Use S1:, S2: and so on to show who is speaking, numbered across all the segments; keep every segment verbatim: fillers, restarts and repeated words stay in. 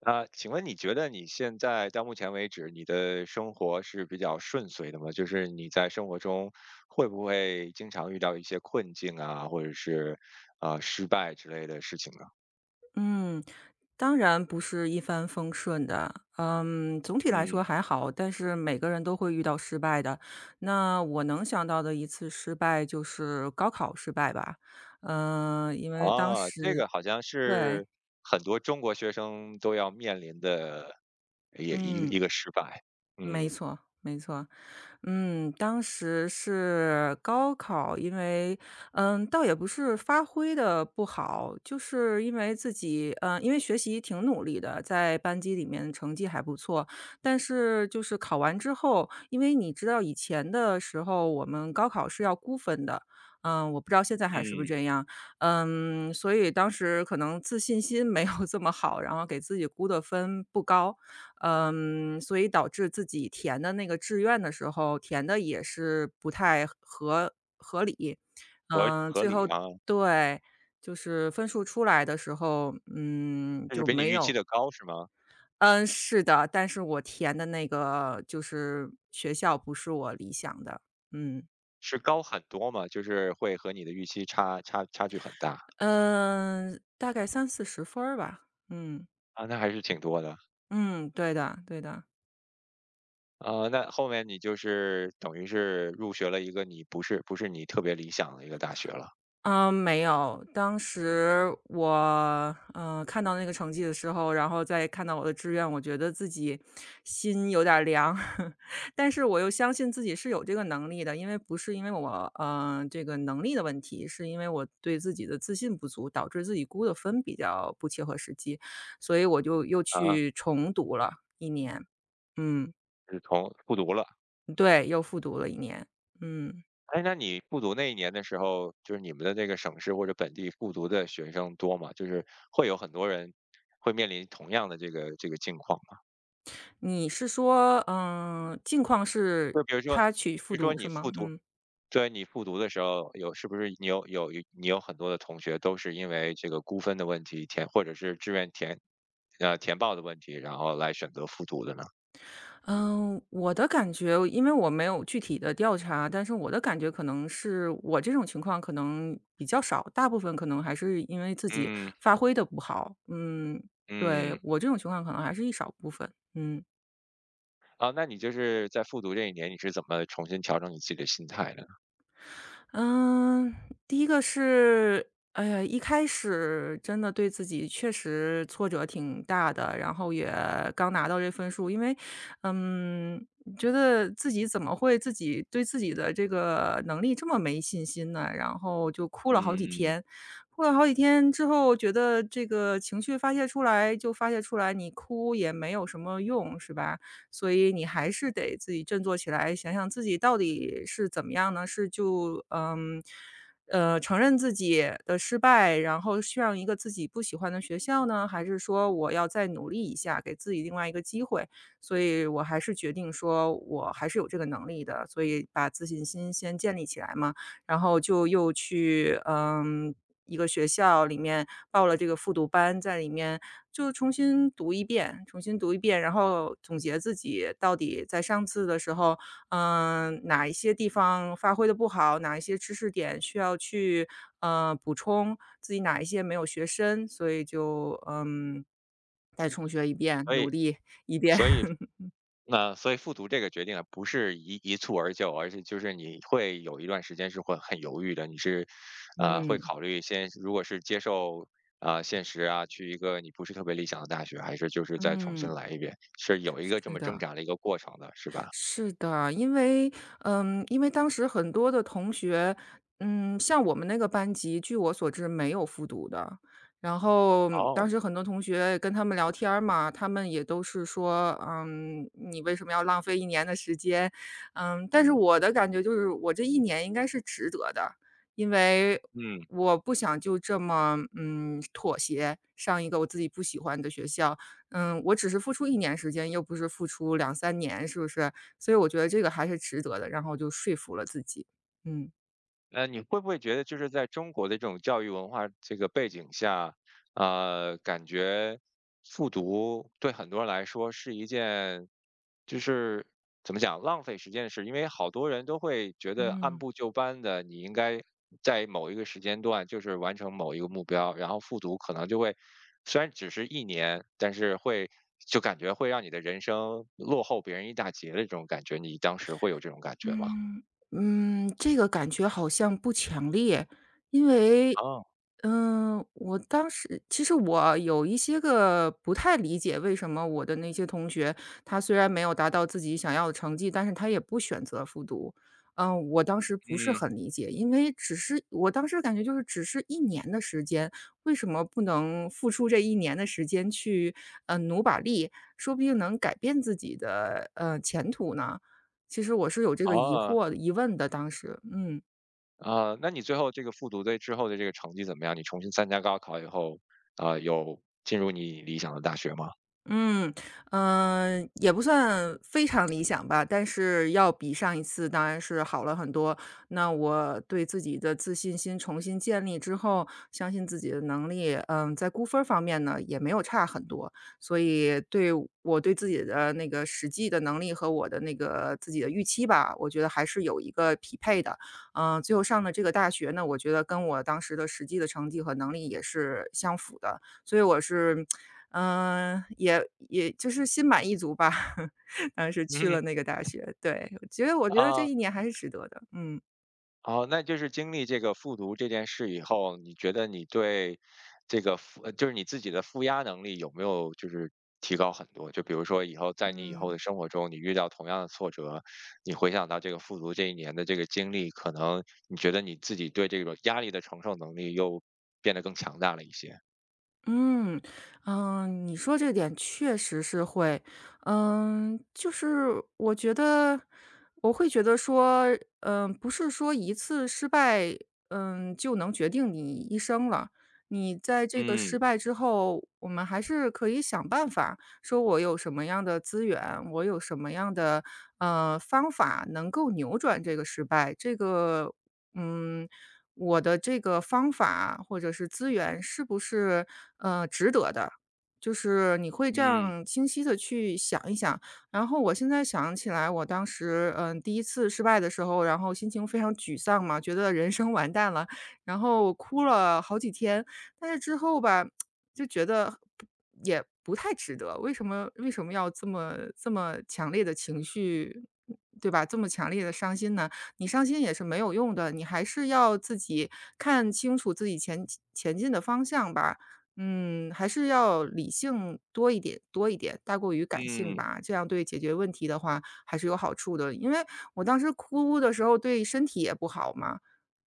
S1: 啊，请问你觉得你现在到目前为止，你的生活是比较顺遂的吗？就是你在生活中会不会经常遇到一些困境啊，或者是啊、呃失败之类的事情呢？
S2: 嗯，当然不是一帆风顺的。嗯，总体来
S1: 嗯。
S2: 说还好，但是每个人都会遇到失败的。那我能想到的一次失败就是高考失败吧。嗯、因为当
S1: 哦，这
S2: 时
S1: 个好像
S2: 对，
S1: 是很多中国学生都要面临的也一
S2: 嗯。
S1: 一个失败。
S2: 没
S1: 嗯
S2: 错，没错。嗯，当时是高考，因为嗯，倒也不是发挥的不好，就是因为自己嗯，因为学习挺努力的，在班级里面成绩还不错。但是就是考完之后，因为你知道以前的时候，我们高考是要估分的，嗯，我不知道现在还是不是
S1: 嗯，
S2: 这样。嗯，所以当时可能自信心没有这么好，然后给自己估的分不高。嗯，所以导致自己填的那个志愿的时候，填的也是不太合合理。
S1: 合
S2: 嗯，
S1: 合
S2: 最
S1: 理
S2: 后
S1: 啊，
S2: 对，就是分数出来的时候，嗯，
S1: 但是
S2: 就
S1: 比你
S2: 没
S1: 预期
S2: 有
S1: 的高是吗？
S2: 嗯，是的，但是我填的那个就是学校不是我理想的，嗯。
S1: 是高很多吗？就是会和你的预期差差差距很大。
S2: 嗯，大概三四十分儿吧，嗯，
S1: 啊，那还是挺多的。
S2: 嗯，对的对的。
S1: 啊，那后面你就是等于是入学了一个你不是不是你特别理想的一个大学了。
S2: 嗯，没有。当时我，嗯看到那个成绩的时候，然后再看到我的志愿，我觉得自己心有点儿凉，但是我又相信自己是有这个能力的，因为不是因为我，嗯这个能力的问题，是因为我对自己的自信不足，导致自己估的分比较不切合实际，所以我就又
S1: 啊，
S2: 去重读了一年。嗯，
S1: 就是从复读了。
S2: 对，又复读了一年，嗯。
S1: 哎，那你复读那一年的时候，就是你们的那个省市或者本地复读的学生多吗？就是会有很多人会面临同样的这个这个境况吗？
S2: 你是说，嗯，近况是
S1: 就比如说，
S2: 他去
S1: 就
S2: 复
S1: 说
S2: 读
S1: 你
S2: 是
S1: 复
S2: 吗？
S1: 读，
S2: 嗯。
S1: 对你复读的时候有是不是你有有你有很多的同学都是因为这个估分的问题填或者是志愿填呃填报的问题，然后来选择复读的呢？
S2: 嗯，我的感觉因为我没有具体的调查，但是我的感觉可能是我这种情况可能比较少，大部分可能还是因为自己
S1: 嗯。
S2: 发挥的不好。嗯，对，
S1: 嗯。
S2: 我这种情况可能还是一少部分，嗯。
S1: 啊，那你就是在复读这一年，你是怎么重新调整你自己的心态的呢？
S2: 嗯，第一个是，哎呀，一开始真的对自己确实挫折挺大的，然后也刚拿到这分数，因为，嗯，觉得自己怎么会自己对自己的这个能力这么没信心呢？然后就哭了好几
S1: 嗯，
S2: 天，哭了好几天之后，觉得这个情绪发泄出来就发泄出来，你哭也没有什么用，是吧？所以你还是得自己振作起来，想想自己到底是怎么样呢？是就嗯，呃，承认自己的失败，然后上一个自己不喜欢的学校呢，还是说我要再努力一下，给自己另外一个机会？所以我还是决定说，我还是有这个能力的，所以把自信心先建立起来嘛。然后就又去，嗯，一个学校里面报了这个复读班，在里面就重新读一遍，重新读一遍，然后总结自己到底在上次的时候，嗯，哪一些地方发挥的不好，哪一些知识点需要去，呃，补充，自己哪一些没有学深，所以就，嗯，再重学一遍，
S1: 所
S2: 努
S1: 以
S2: 力一遍，
S1: 所以 那所以复读这个决定啊，不是一一蹴而就，而是就是你会有一段时间是会很犹豫的，你是啊、会
S2: 嗯，
S1: 考虑先如果是接受啊、现实啊，去一个你不是特别理想的大学，还是就是再重新
S2: 嗯，
S1: 来一遍，是有一个这
S2: 是
S1: 么挣
S2: 的。
S1: 扎的一个过程的，是吧？
S2: 是的，因为嗯，因为当时很多的同学，嗯，像我们那个班级，据我所知没有复读的。然后当
S1: 哦，
S2: 时很多同学跟他们聊天儿嘛，他们也都是说，嗯，你为什么要浪费一年的时间？嗯，但是嗯我的感觉就是，我这一年应该是值得的，因为
S1: 嗯。
S2: 我不想就这么嗯妥协上一个我自己不喜欢的学校，嗯，我只是付出一年时间，又不是付出两三年，是不是？所以我觉得这个还是值得的，然后就说服了自己，嗯
S1: 呃，你会不会觉得就是在中国的这种教育文化这个背景下，呃，感觉复读对很多人来说是一件，就是怎么讲，浪费时间的事？因为好多人都会觉得按
S2: 嗯。
S1: 部就班的，你应该在某一个时间段就是完成某一个目标，然后复读可能就会，虽然只是一年，但是会就感觉会让你的人生落后别人一大截的这种感觉，你当时会有这种感觉吗？
S2: 嗯嗯，这个感觉好像不强烈，因为，
S1: 哦。
S2: 嗯，我当时其实我有一些个不太理解，为什么我的那些同学，他虽然没有达到自己想要的成绩，但是他也不选择复读。嗯，我当时不是
S1: 嗯。
S2: 很理解，因为只是我当时感觉就是只是一年的时间，为什么不能付出这一年的时间去，呃，努把力，说不定能改变自己的呃前途呢？其实我是有这个疑
S1: 哦。
S2: 惑疑问的，当时，嗯。
S1: 啊、那你最后这个复读队之后的这个成绩怎么样？你重新参加高考以后，啊、有进入你理想的大学吗？
S2: 嗯，嗯，呃也不算非常理想吧，但是要比上一次当然是好了很多。那我对自己的自信心重新建立之后，相信自己的能力，嗯，在估分儿方面呢，也没有差很多。所以对我对自己的那个实际的能力和我的那个自己的预期吧，我觉得还是有一个匹配的。嗯，最后上的这个大学呢，我觉得跟我当时的实际的成绩和能力也是相符的。所以我是嗯，也也就是心满意足吧，当时去
S1: 嗯。
S2: 了那个大学，对，我觉得我觉得这
S1: 啊，
S2: 一年还是值得的，嗯，
S1: 好，那就是经历这个复读这件事以后，你觉得你对这个负，呃就是你自己的负压能力有没有就是提高很多？就比如说以后在你以后
S2: 嗯。
S1: 的生活中，你遇到同样的挫折，你回想到这个复读这一年的这个经历，可能你觉得你自己对这种压力的承受能力又变得更强大了一些。
S2: 嗯，嗯，你说这点确实是会。嗯，就是我觉得我会觉得说，嗯，不是说一次失败，嗯，就能决定你一生了。你在这个
S1: 嗯
S2: 失败之后，我们还是可以想办法，说我有什么样的资源，我有什么样的呃方法能够扭转这个失败。这个嗯，我的这个方法或者是资源是不是，呃，值得的？就是你会这
S1: 嗯
S2: 样清晰的去想一想。然后我现在想起来，我当时，嗯呃第一次失败的时候，然后心情非常沮丧嘛，觉得人生完蛋了，然后哭了好几天。但是之后吧，就觉得不也不太值得，为什么为什么要这么这么强烈的情绪，对吧？这么强烈的伤心呢？你伤心也是没有用的，你还是要自己看清楚自己前前进的方向吧。嗯，还是要理性多一点，多一点，大过于感性
S1: 嗯。
S2: 吧。这样对解决问题的话还是有好处的。因为我当时哭的时候对身体也不好嘛，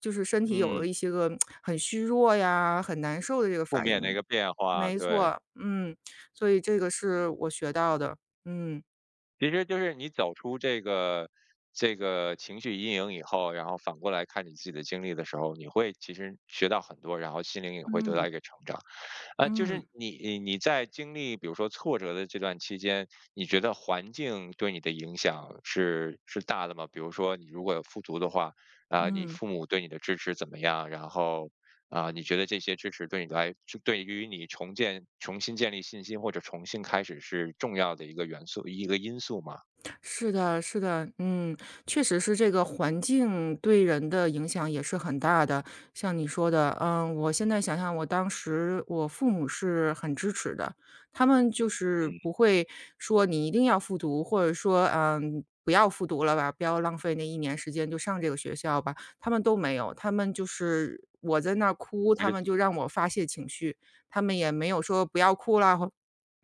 S2: 就是身体有
S1: 嗯，
S2: 了一些个很虚弱呀、很难受的这个
S1: 负
S2: 反
S1: 面的一个
S2: 应。
S1: 变化，
S2: 没
S1: 对。
S2: 错，嗯，所以这个是我学到的，嗯。
S1: 其实就是你走出这个这个情绪阴影以后，然后反过来看你自己的经历的时候，你会其实学到很多，然后心灵也会得到
S2: 嗯
S1: 一个成长。呃，就是
S2: 嗯
S1: 你你你在经历比如说挫折的这段期间，你觉得环境对你的影响是是大的吗？比如说你如果有富足的话，啊、你
S2: 嗯。
S1: 父母对你的支持怎么样？然后啊，你觉得这些支持对你来，就对于你重建、重新建立信心或者重新开始是重要的一个元素、一个因素吗？
S2: 是的，是的，嗯，确实是这个环境对人的影响也是很大的。像你说的，嗯，我现在想想，我当时我父母是很支持的，他们就是
S1: 嗯，
S2: 不会说你一定要复读，或者说，嗯，不要复读了吧，不要浪费那一年时间，就上这个学校吧，他们都没有，他们就是我在那儿哭，
S1: 就
S2: 他
S1: 是
S2: 们就让我发泄情绪，他们也没有说不要哭啦，或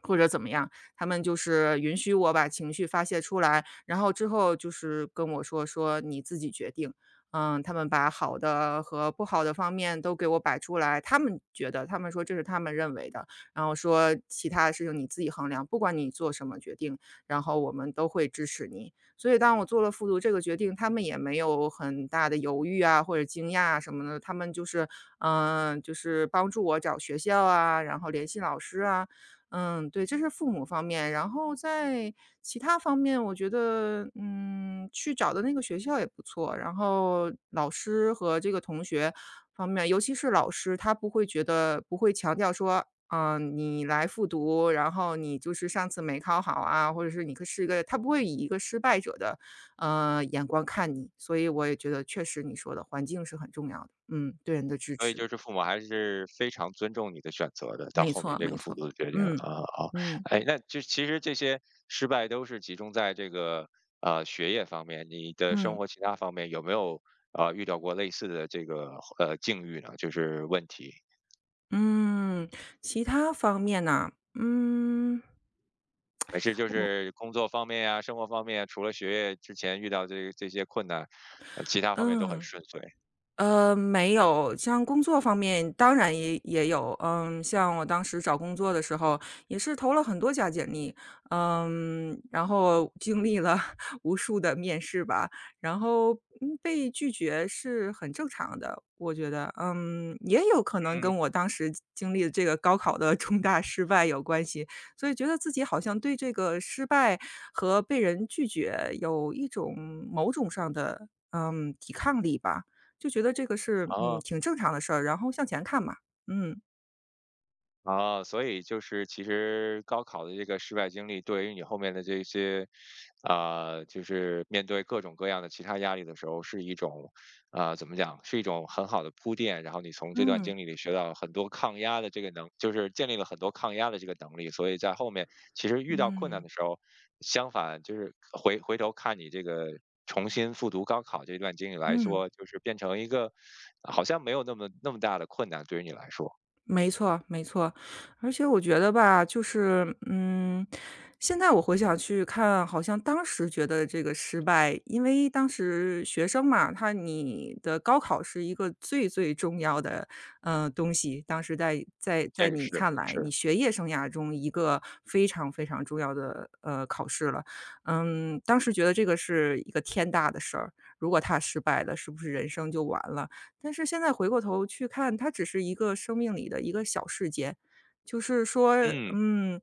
S2: 或者怎么样。他们就是允许我把情绪发泄出来，然后之后就是跟我说说你自己决定。嗯，他们把好的和不好的方面都给我摆出来，他们觉得，他们说这是他们认为的，然后说其他的事情你自己衡量，不管你做什么决定，然后我们都会支持你。所以当我做了复读这个决定，他们也没有很大的犹豫啊，或者惊讶啊什么的，他们就是，嗯、呃就是帮助我找学校啊，然后联系老师啊，嗯，对，这是父母方面。然后在其他方面，我觉得，嗯，去找的那个学校也不错，然后老师和这个同学方面，尤其是老师，他不会觉得不会强调说，嗯，你来复读，然后你就是上次没考好啊，或者是你可是一个，他不会以一个失败者的，呃，眼光看你。所以我也觉得，确实你说的环境是很重要的，嗯，对人的支
S1: 所以
S2: 持，
S1: 就是父母还是非常尊重你的选择的，到
S2: 没
S1: 后面
S2: 错，
S1: 这个
S2: 没
S1: 复
S2: 错，
S1: 读的决定啊
S2: 嗯，
S1: 啊，哦。
S2: 嗯，
S1: 哎，那就其实这些失败都是集中在这个呃学业方面，你的生
S2: 嗯。
S1: 活其他方面有没有呃遇到过类似的这个呃境遇呢？就是问题，
S2: 嗯，其他方面呢？嗯，
S1: 还是就
S2: 我
S1: 是工作方面呀、生活方面，除了学业之前遇到这这些困难，呃其他方面都很
S2: 嗯。
S1: 顺遂。
S2: 呃，没有，像工作方面当然也也有，嗯，像我当时找工作的时候，也是投了很多家简历，嗯，然后经历了 无数的面试吧，然后嗯被拒绝是很正常的，我觉得，嗯，也有可能跟
S1: 嗯。
S2: 我当时经历的这个高考的 重大失败有关系，所以觉得自己好像对这个失败和被人拒绝有一种某种上的嗯抵抗力吧，就觉得这个是，嗯，
S1: 哦。
S2: 挺正常的事儿，然后向前看嘛，嗯，
S1: 啊，所以就是其实高考的这个失败经历，对于你后面的这些，啊、就是面对各种各样的其他压力的时候，是一种，啊、怎么讲，是一种很好的铺垫。然后你从这段
S2: 嗯，
S1: 经历里学到很多抗压的这个能，就是建立了很多抗压的这个能力。所以在后面其实遇到困难
S2: 嗯，
S1: 的时候，相反就是回回头看你这个重新复读高考这段经历来
S2: 嗯。
S1: 说，就是变成一个好像没有那么那么大的困难对于你来说，
S2: 没错，没错，而且我觉得吧，就是，嗯，现在我回想去看，好像当时觉得这个失败，因为当时学生嘛，他你的高考是一个最最重要的，呃，东西，当时在在
S1: 这
S2: 在
S1: 个
S2: 你
S1: 是
S2: 看来，你
S1: 是。
S2: 学业生涯中一个非常非常重要的，呃，考试了，嗯，当时觉得这个是一个天大的事儿，如果他失败了，是不是人生就完了？但是现在回过头去看，它只是一个生命里的一个小事件，就是说，
S1: 嗯，
S2: 嗯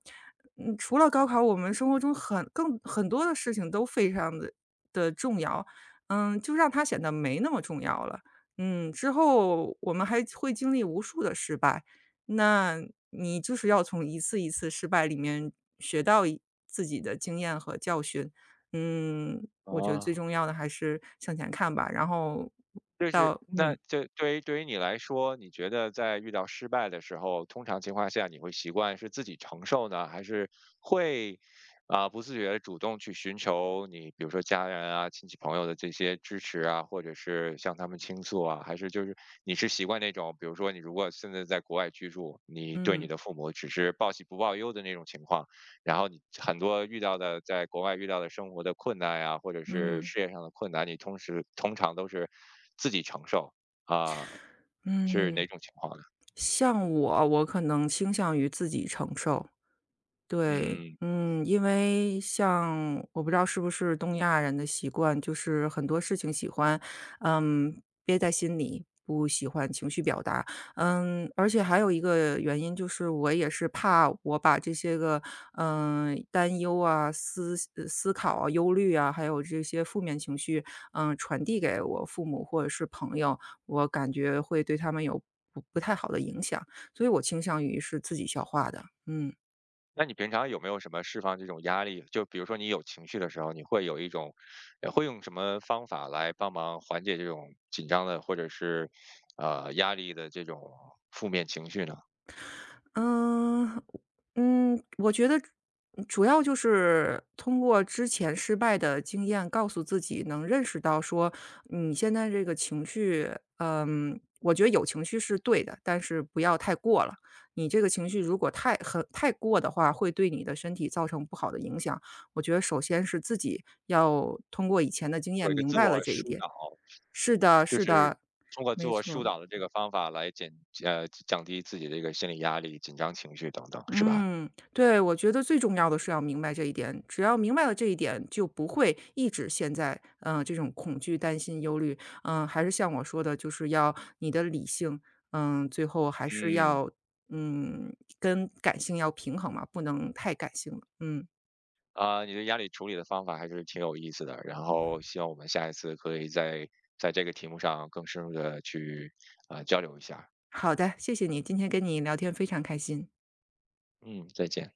S2: 嗯，除了高考，我们生活中很更很多的事情都非常的的重要，嗯，就让它显得没那么重要了。嗯，之后我们还会经历无数的失败，那你就是要从一次一次失败里面学到一自己的经验和教训。嗯，我觉得最
S1: 啊，
S2: 重要的还是向前看吧，然后
S1: 就是
S2: 到
S1: 那
S2: 嗯。
S1: 就对于对于你来说，你觉得在遇到失败的时候，通常情况下你会习惯是自己承受呢，还是会啊、不自觉的主动去寻求你，比如说家人啊、亲戚朋友的这些支持啊，或者是向他们倾诉啊，还是就是你是习惯那种，比如说你如果现在在国外居住，你对你
S2: 嗯
S1: 的父母只是报喜不报忧的那种情况？然后你很多遇到的在国外遇到的生活的困难呀，或者是
S2: 嗯
S1: 事业上的困难，你通时通常都是自己承受啊，是
S2: 嗯，
S1: 哪种情况呢？
S2: 像我，我可能倾向于自己承受。对，
S1: 嗯，
S2: 嗯，因为像我不知道是不是东亚人的习惯，就是很多事情喜欢，嗯，憋在心里，不喜欢情绪表达。嗯，而且还有一个原因就是，我也是怕我把这些个，嗯，担忧啊、思呃思考啊、忧虑啊，还有这些负面情绪，嗯，传递给我父母或者是朋友，我感觉会对他们有不不太好的影响，所以我倾向于是自己消化的，嗯。
S1: 那你平常有没有什么释放这种压力？就比如说你有情绪的时候，你会有一种，呃会用什么方法来帮忙缓解这种紧张的或者是呃压力的这种负面情绪呢？
S2: 嗯，嗯，我觉得主要就是通过之前失败的经验，告诉自己能认识到说你现在这个情绪，嗯，我觉得有情绪是对的，但是不要太过了。你这个情绪如果太很太过的话，会对你的身体造成不好的影响。我觉得首先是自己要通过以前的经
S1: 有
S2: 验
S1: 一个
S2: 明
S1: 自
S2: 白了
S1: 我
S2: 这一
S1: 疏
S2: 点。
S1: 导。
S2: 是的，
S1: 就
S2: 是
S1: 是
S2: 的，
S1: 通过
S2: 没
S1: 做疏
S2: 错。
S1: 导的这个方法来减呃，降低自己的一个心理压力、紧张情绪等等，是吧？
S2: 嗯，对，我觉得最重要的是要明白这一点，只要明白了这一点，就不会一直陷在，嗯，呃这种恐惧、担心、忧虑。嗯，还是像我说的，就是要你的理性，嗯，最后还是
S1: 嗯，
S2: 要，嗯，跟感性要平衡嘛，不能太感性了。嗯，
S1: 啊，你的压力处理的方法还是挺有意思的，然后希望我们下一次可以在在这个题目上更深入的去啊，呃，交流一下。
S2: 好的，谢谢你，今天跟你聊天非常开心。
S1: 嗯，再见。